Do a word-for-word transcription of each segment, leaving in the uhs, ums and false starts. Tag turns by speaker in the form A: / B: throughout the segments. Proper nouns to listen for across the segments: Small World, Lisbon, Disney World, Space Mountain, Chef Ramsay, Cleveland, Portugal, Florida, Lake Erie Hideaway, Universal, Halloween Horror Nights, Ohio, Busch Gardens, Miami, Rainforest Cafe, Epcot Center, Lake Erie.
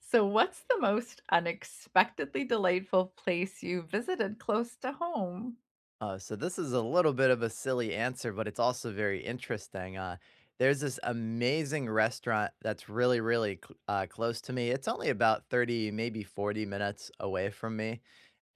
A: So, what's the most unexpectedly delightful place you visited close to home?
B: Uh, so this is a little bit of a silly answer, but it's also very interesting. Uh, there's this amazing restaurant that's really, really cl- uh, close to me. It's only about thirty, maybe forty minutes away from me.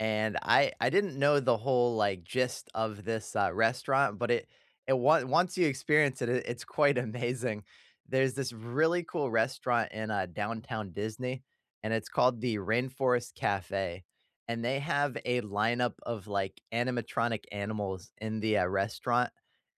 B: And I I didn't know the whole, like, gist of this, uh, restaurant, but it it on once you experience it, it it's quite amazing. There's this really cool restaurant in, uh, downtown Disney, and it's called the Rainforest Cafe, and they have a lineup of, like, animatronic animals in the, uh, restaurant,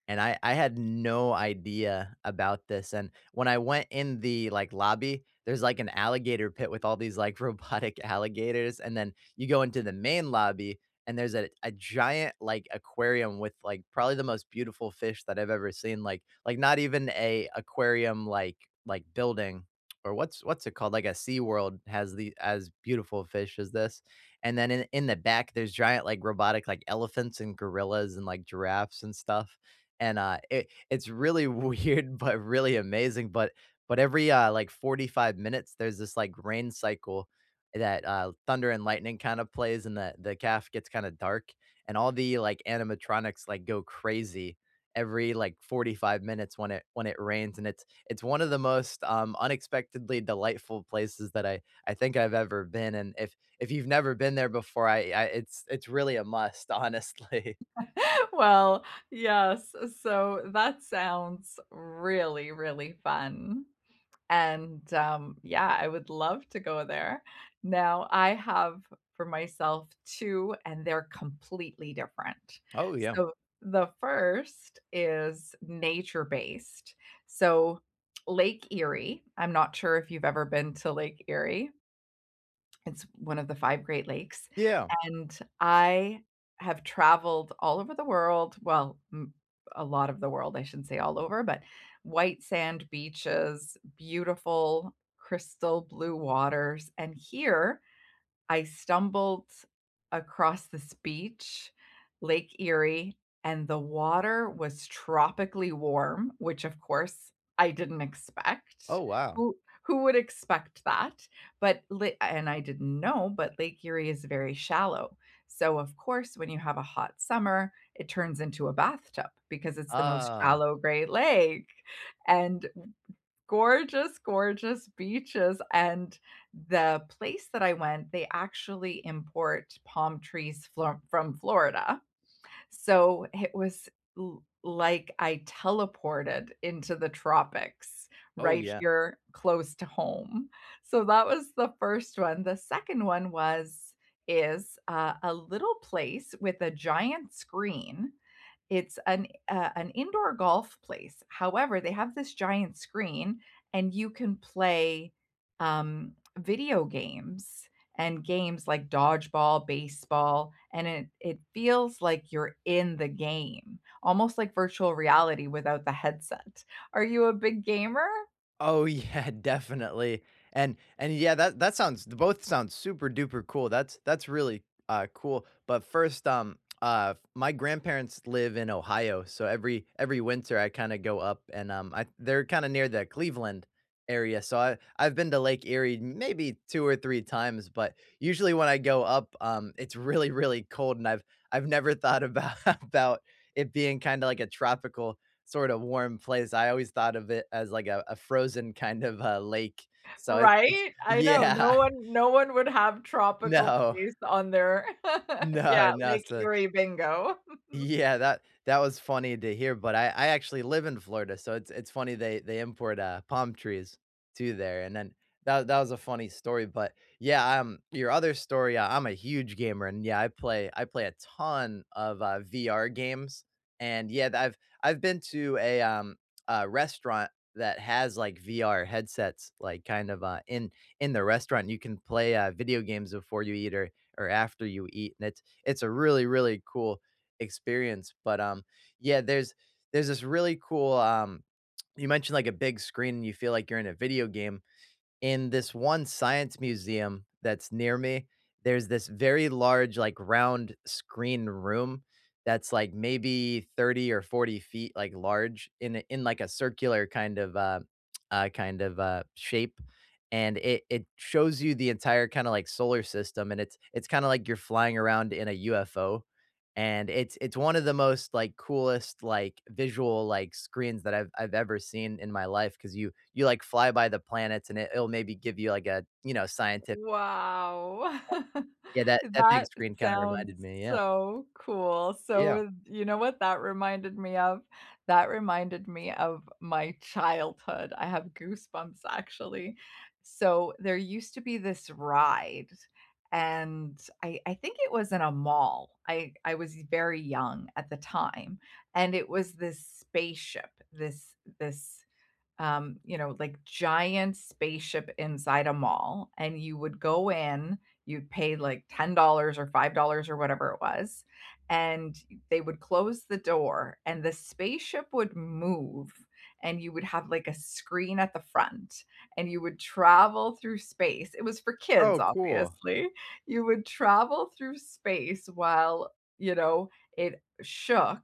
B: and I I had no idea about this, and when I went in the, like, lobby, there's, like, an alligator pit with all these, like, robotic alligators, and then you go into the main lobby and there's a, a giant like aquarium with like probably the most beautiful fish that I've ever seen. Like like not even a aquarium like like building or what's what's it called? Like a Sea World has the as beautiful fish as this. And then in, in the back there's giant like robotic like elephants and gorillas and like giraffes and stuff. And uh it, it's really weird but really amazing. But but every uh like forty-five minutes there's this like rain cycle that, uh, thunder and lightning kind of plays and the the calf gets kinda dark, and all the, like, animatronics, like, go crazy every, like, forty-five minutes when it when it rains, and it's it's one of the most, um, unexpectedly delightful places that I I think I've ever been, and if if you've never been there before, I I it's it's really a must, honestly.
A: Well, yes. So that sounds really, really fun. And um, yeah, I would love to go there. Now, I have for myself two, and they're completely different.
B: Oh, yeah.
A: So the first is nature based. So Lake Erie. I'm not sure if you've ever been to Lake Erie. It's one of the five Great Lakes,
B: Yeah.
A: and I have traveled all over the world, well, m a lot of the world, I shouldn't say all over, but white sand beaches, beautiful crystal blue waters, and here, I stumbled across this beach, Lake Erie, and the water was tropically warm, which, of course, I didn't expect.
B: Oh, wow.
A: Who who would expect that? But la and I didn't know, but Lake Erie is very shallow. So, of course, when you have a hot summer, it turns into a bathtub because it's the most
B: Ah.
A: shallow Great Lake, and gorgeous, gorgeous beaches, and the place that I went, they actually import palm trees fro from Florida. So, it was l like I teleported into the tropics
B: Oh,
A: right
B: yeah.
A: here close to home. So, that was the first one. The second one was is, uh, a little place with a giant screen. It's an uh, an indoor golf place. However, they have this giant screen and you can play, um, video games and games like dodgeball, baseball, and it it feels like you're in the game, almost like virtual reality without the headset. Are you a big gamer?
B: Oh, yeah, definitely. And and yeah, that that sounds both sound super duper cool. That's that's really uh cool. But first, um uh my grandparents live in Ohio, so every every winter I kind of go up and um I they're kind of near the Cleveland area. So I I've been to Lake Erie maybe two or three times, but usually when I go up, um it's really really cold and I've I've never thought about about it being kind of like a tropical sort of warm place. I always thought of it as like a a frozen kind of a lake. So it it's
A: Right? I know. No
B: yeah.
A: one no one would have tropical
B: No.
A: place on their
B: No,
A: yeah,
B: no.
A: Lake
B: So
A: Erie bingo.
B: yeah, that that was funny to hear, but I I actually live in Florida, so it's it's funny they they import, uh, palm trees to there, and then that that was a funny story, but yeah, um, your other story, uh, I'm a huge gamer, and yeah, I play I play a ton of, uh, V R games, and yeah, th I've I've been to a, um, a restaurant that has, like, V R headsets, like, kind of, uh, in in the restaurant, you can play, uh, video games before you eat or or after you eat, and it's it's a really, really cool experience. But, um, yeah, there's there's this really cool, um you mentioned, like, a big screen and you feel like you're in a video game. In this one science museum that's near me, there's this very large, like, round screen room that's, like, maybe thirty or forty feet, like, large in a in, like, a circular kind of, uh, uh, kind of, uh, shape, and it it shows you the entire kinda, like, solar system, and it's it's kinda like you're flying around in a U F O and it's it's one of the most like coolest like visual like screens that I've I've ever seen in my life because you you like fly by the planets and it, it'll maybe give you like a you know scientific
A: Wow.
B: yeah that that big
A: That
B: screen kind of
A: sounds
B: reminded me yeah
A: so cool.
B: yeah
A: So, you know what that reminded me of? That reminded me of my childhood. I have goosebumps actually. So, there used to be this ride, and I I think it was in a mall. I I was very young at the time, and it was this spaceship, this this um, you know, like giant spaceship inside a mall, and you would go in, you'd pay like ten dollars or five dollars or whatever it was, and they would close the door and the spaceship would move and you would have like a screen at the front and you would travel through space. It was for kids,
B: oh cool
A: obviously. You would travel through space while, you know, it shook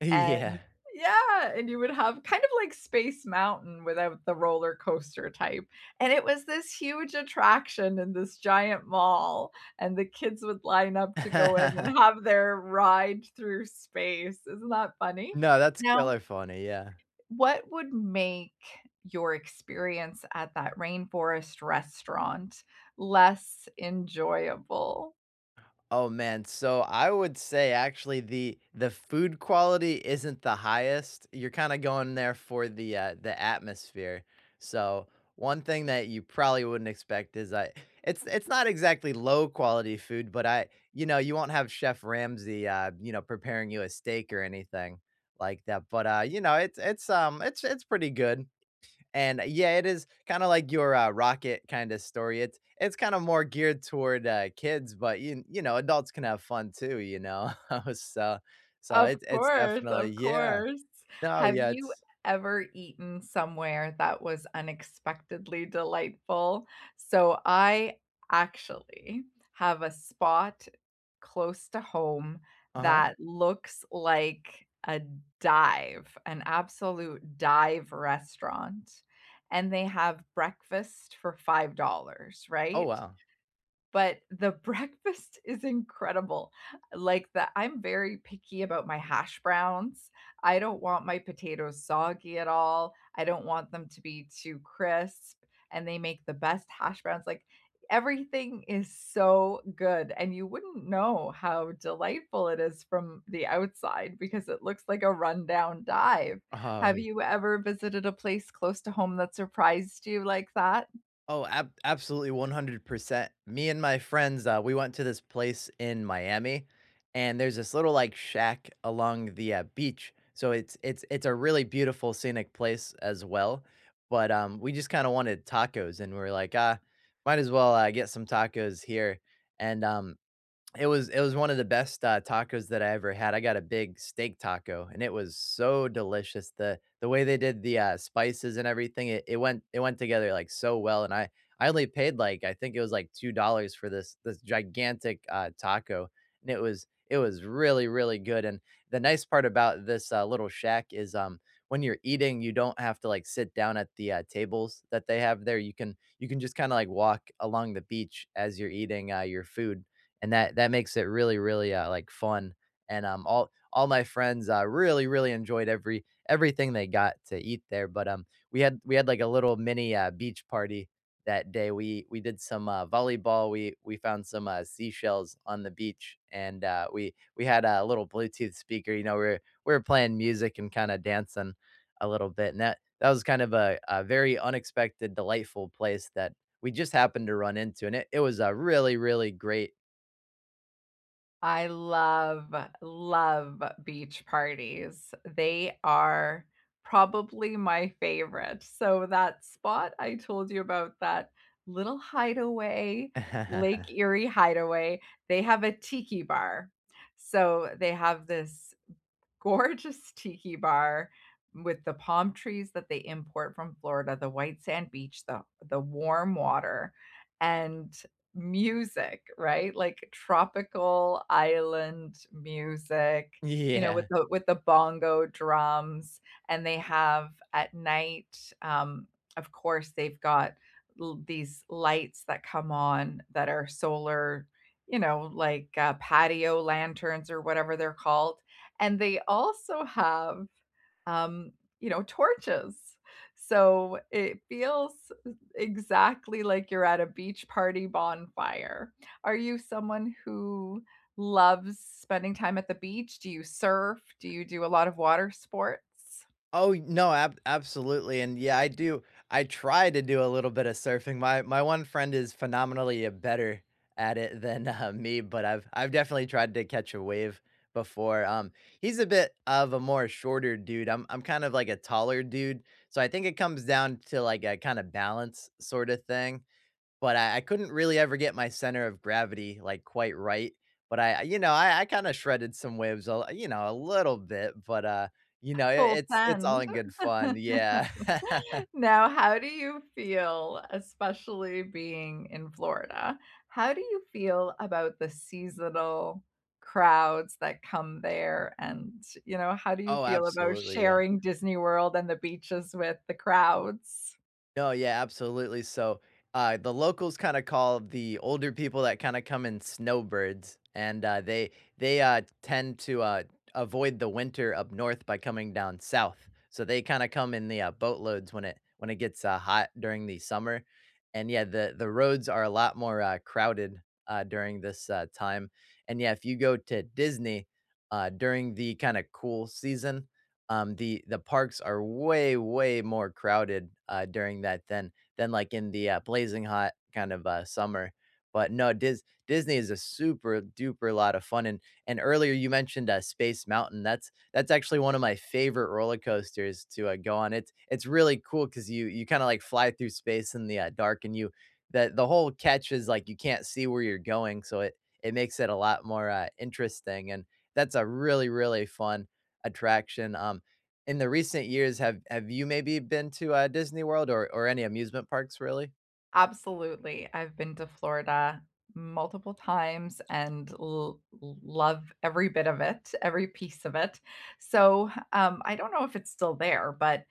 B: yeah
A: and yeah, and you would have kind of like Space Mountain without the roller coaster type. And it was this huge attraction in this giant mall, and the kids would line up to go in and have their ride through space. Isn't that funny?
B: no that's
A: Now,
B: killer funny yeah.
A: what would make your experience at that rainforest restaurant less enjoyable?
B: Oh man, so I would say actually the the food quality isn't the highest. You're kind of going there for the uh, the atmosphere. So one thing that you probably wouldn't expect is I it's it's not exactly low quality food, but I you know you won't have Chef Ramsay uh, you know preparing you a steak or anything like that. But uh, you know it's it's um it's it's pretty good. And uh, yeah, it is kinda like your, uh, Rocket kinda story. It's it's kinda more geared toward, uh, kids, but you you know, adults can have fun too, you know? So so
A: Of
B: it's it's
A: course,
B: definitely
A: of
B: yeah.
A: course.
B: No,
A: Have
B: yeah,
A: you
B: it's
A: ever eaten somewhere that was unexpectedly delightful? So I actually have a spot close to home
B: uh-huh.
A: that looks like a dive, an absolute dive restaurant. And they have breakfast for five dollars
B: Oh,
A: right?
B: wow.
A: But the breakfast is incredible. Like the I'm very picky about my hash browns. I don't want my potatoes soggy at all. I don't want them to be too crisp. And they make the best hash browns. Like everything is so good. And you wouldn't know how delightful it is from the outside because it looks like a rundown dive.
B: Oh,
A: Have
B: yeah.
A: you ever visited a place close to home that surprised you like that?
B: Oh, ab absolutely one hundred percent. Me and my friends, uh, we went to this place in Miami, and there's this little, like, shack along the, uh, beach, so it's it's it's a really beautiful scenic place as well, but, um, we just kinda wanted tacos, and we were like, "Ah, might as well, uh, get some tacos here," and, um it was it was one of the best, uh, tacos that I ever had. I got a big steak taco, and it was so delicious. The the way they did the, uh, spices and everything, it it went it went together, like, so well, and I I only paid, like, I think it was, like, two dollars for this this gigantic, uh, taco, and it was it was really, really good, and the nice part about this, uh, little shack is, um, when you're eating, you don't have to, like, sit down at the, uh, tables that they have there. You can you can just kinda, like, walk along the beach as you're eating, uh, your food and that that makes it really, really, uh, like, fun, and, um, all all my friends, uh, really, really enjoyed every everything they got to eat there, but, um, we had we had, like, a little mini, uh, beach party that day. We we did some, uh, volleyball. We we found some, uh, seashells on the beach, and, uh, we we had a little Bluetooth speaker, you know, we were we were playing music and kinda dancing a little bit, and that that was kind of a a very unexpected, delightful place that we just happened to run into, and it it was a really, really great.
A: I love, love beach parties. They are probably my favorite. So that spot I told you about, that little hideaway, Lake Erie Hideaway, they have a tiki bar. So they have this gorgeous tiki bar with the palm trees that they import from Florida, the white sand beach, the the warm water, and music, right? Like tropical island music, you know, with
B: Yeah.
A: the with the bongo drums. And they have at night, um, of course, they've got l- these lights that come on that are solar, you know, like uh, patio lanterns or whatever they're called, and they also have, um, you know, torches. So it feels exactly like you're at a beach party bonfire. Are you someone who loves spending time at the beach? Do you surf? Do you do a lot of water sports?
B: Oh, no, ab absolutely, and yeah, I do I try to do a little bit of surfing. My my one friend is phenomenally, uh, better at it than, uh, me, but I've I've definitely tried to catch a wave before. Um, he's a bit of a more shorter dude. I'm I'm kind of like a taller dude, so I think it comes down to, like, a kinda balance sorta thing. But I, I couldn't really ever get my center of gravity like quite right. But I, you know, I, I kind of shredded some waves, a, you know, a little bit. But uh, you know, it,
A: Full
B: it's it's all
A: send.
B: in good fun. Yeah.
A: Now, how do you feel, especially being in Florida, how do you feel about the seasonal crowds that come there? And, you know, how do you
B: Oh,
A: feel about
B: absolutely. Yeah.
A: sharing Disney World and the beaches with the crowds?
B: No, yeah, absolutely. So, uh, the locals kinda call the older people that kinda come in snowbirds, and, uh, they they, uh, tend to, uh, avoid the winter up north by coming down south. So they kinda come in the, uh, boatloads when it when it gets, uh, hot during the summer, and, yeah, the the roads are a lot more, uh, crowded, uh, during this, uh, time, and, yeah, if you go to Disney, uh, during the kinda cool season, um, the the parks are way, way more crowded, uh, during that than than, like, in the, uh, blazing hot kind of, uh, summer. But no, Dis Disney is a super duper lot of fun, and and earlier you mentioned, uh, Space Mountain. That's that's actually one of my favorite roller coasters to, uh, go on. It's it's really cool because you you kinda, like, fly through space in the, uh, dark, and you the the whole catch is, like, you can't see where you're going, so it it makes it a lot more, uh, interesting, and that's a really, really fun attraction. Um, in the recent years, have have you maybe been to, uh, Disney World or or any amusement parks, really?
A: Absolutely. I've been to Florida multiple times and l love every bit of it, every piece of it. So, um, I don't know if it's still there, but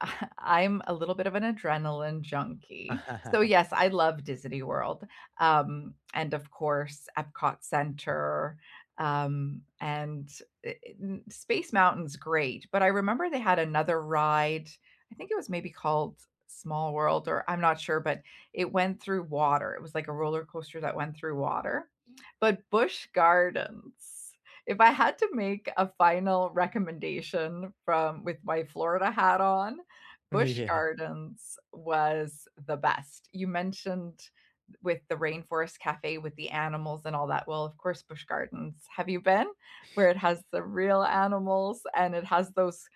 A: I'm a little bit of an adrenaline junkie. So yes, I love Disney World. Um, and of course, Epcot Center. Um, and I- I- n- Space Mountain's great, but I remember they had another ride. I think it was maybe called Small World, or I'm not sure, but it went through water. It was like a roller coaster that went through water. But Busch Gardens, if I had to make a final recommendation from with my Florida hat on, Busch
B: Yeah.
A: Gardens was the best. You mentioned with the Rainforest Cafe with the animals and all that. Well, of course, Busch Gardens. Have you been? Where it has the real animals and it has those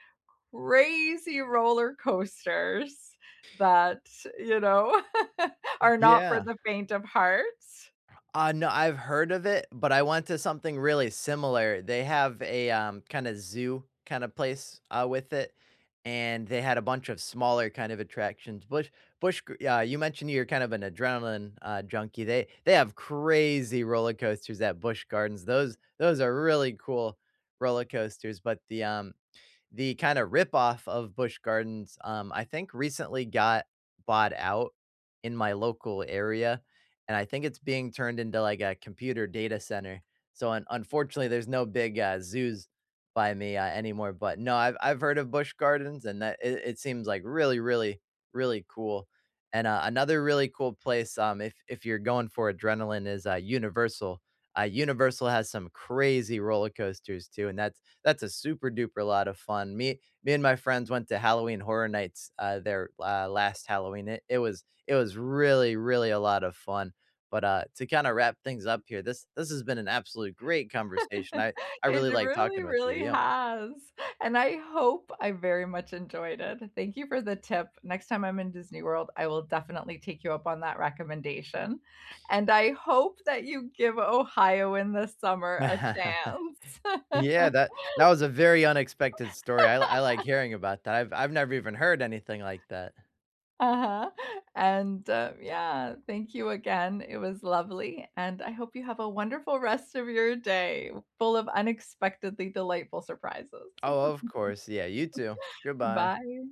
A: crazy roller coasters that, you know, are not for
B: Yeah.
A: the faint of heart.
B: Uh, no, I've heard of it, but I went to something really similar. They have a, um, kinda zoo kinda place, uh, with it, and they had a bunch of smaller kind of attractions. Bush, Bush. Gr Yeah, you mentioned you're kind of an adrenaline, uh, junkie. They they have crazy roller coasters at Busch Gardens. Those those are really cool roller coasters, but the, um the kind of ripoff of Busch Gardens, um, I think recently got bought out in my local area, and I think it's being turned into like a computer data center. So un- unfortunately, there's no big uh, zoos by me uh, anymore. But no, I've I've heard of Busch Gardens, and that it, it seems like really, really, really cool. And uh, another really cool place, um, if if you're going for adrenaline, is uh, Universal. Uh, Universal has some crazy roller coasters too, and that's that's a super duper lot of fun. Me me and my friends went to Halloween Horror Nights, uh, their, uh, last Halloween. It it was it was really, really a lot of fun. But, uh, to kinda wrap things up here, this this has been an absolute great conversation. I I really
A: It
B: like
A: really,
B: talking with you,
A: really
B: yeah.
A: has, and I hope I very much enjoyed it. Thank you for the tip. Next time I'm in Disney World, I will definitely take you up on that recommendation, and I hope that you give Ohio in the summer a chance.
B: Yeah, that that was a very unexpected story. I li I like hearing about that. I've I've never even heard anything like that.
A: Uh-huh, and, uh, yeah, thank you again. It was lovely, and I hope you have a wonderful rest of your day full of unexpectedly delightful surprises.
B: Oh, of course. Yeah, you too. Goodbye.
A: Bye.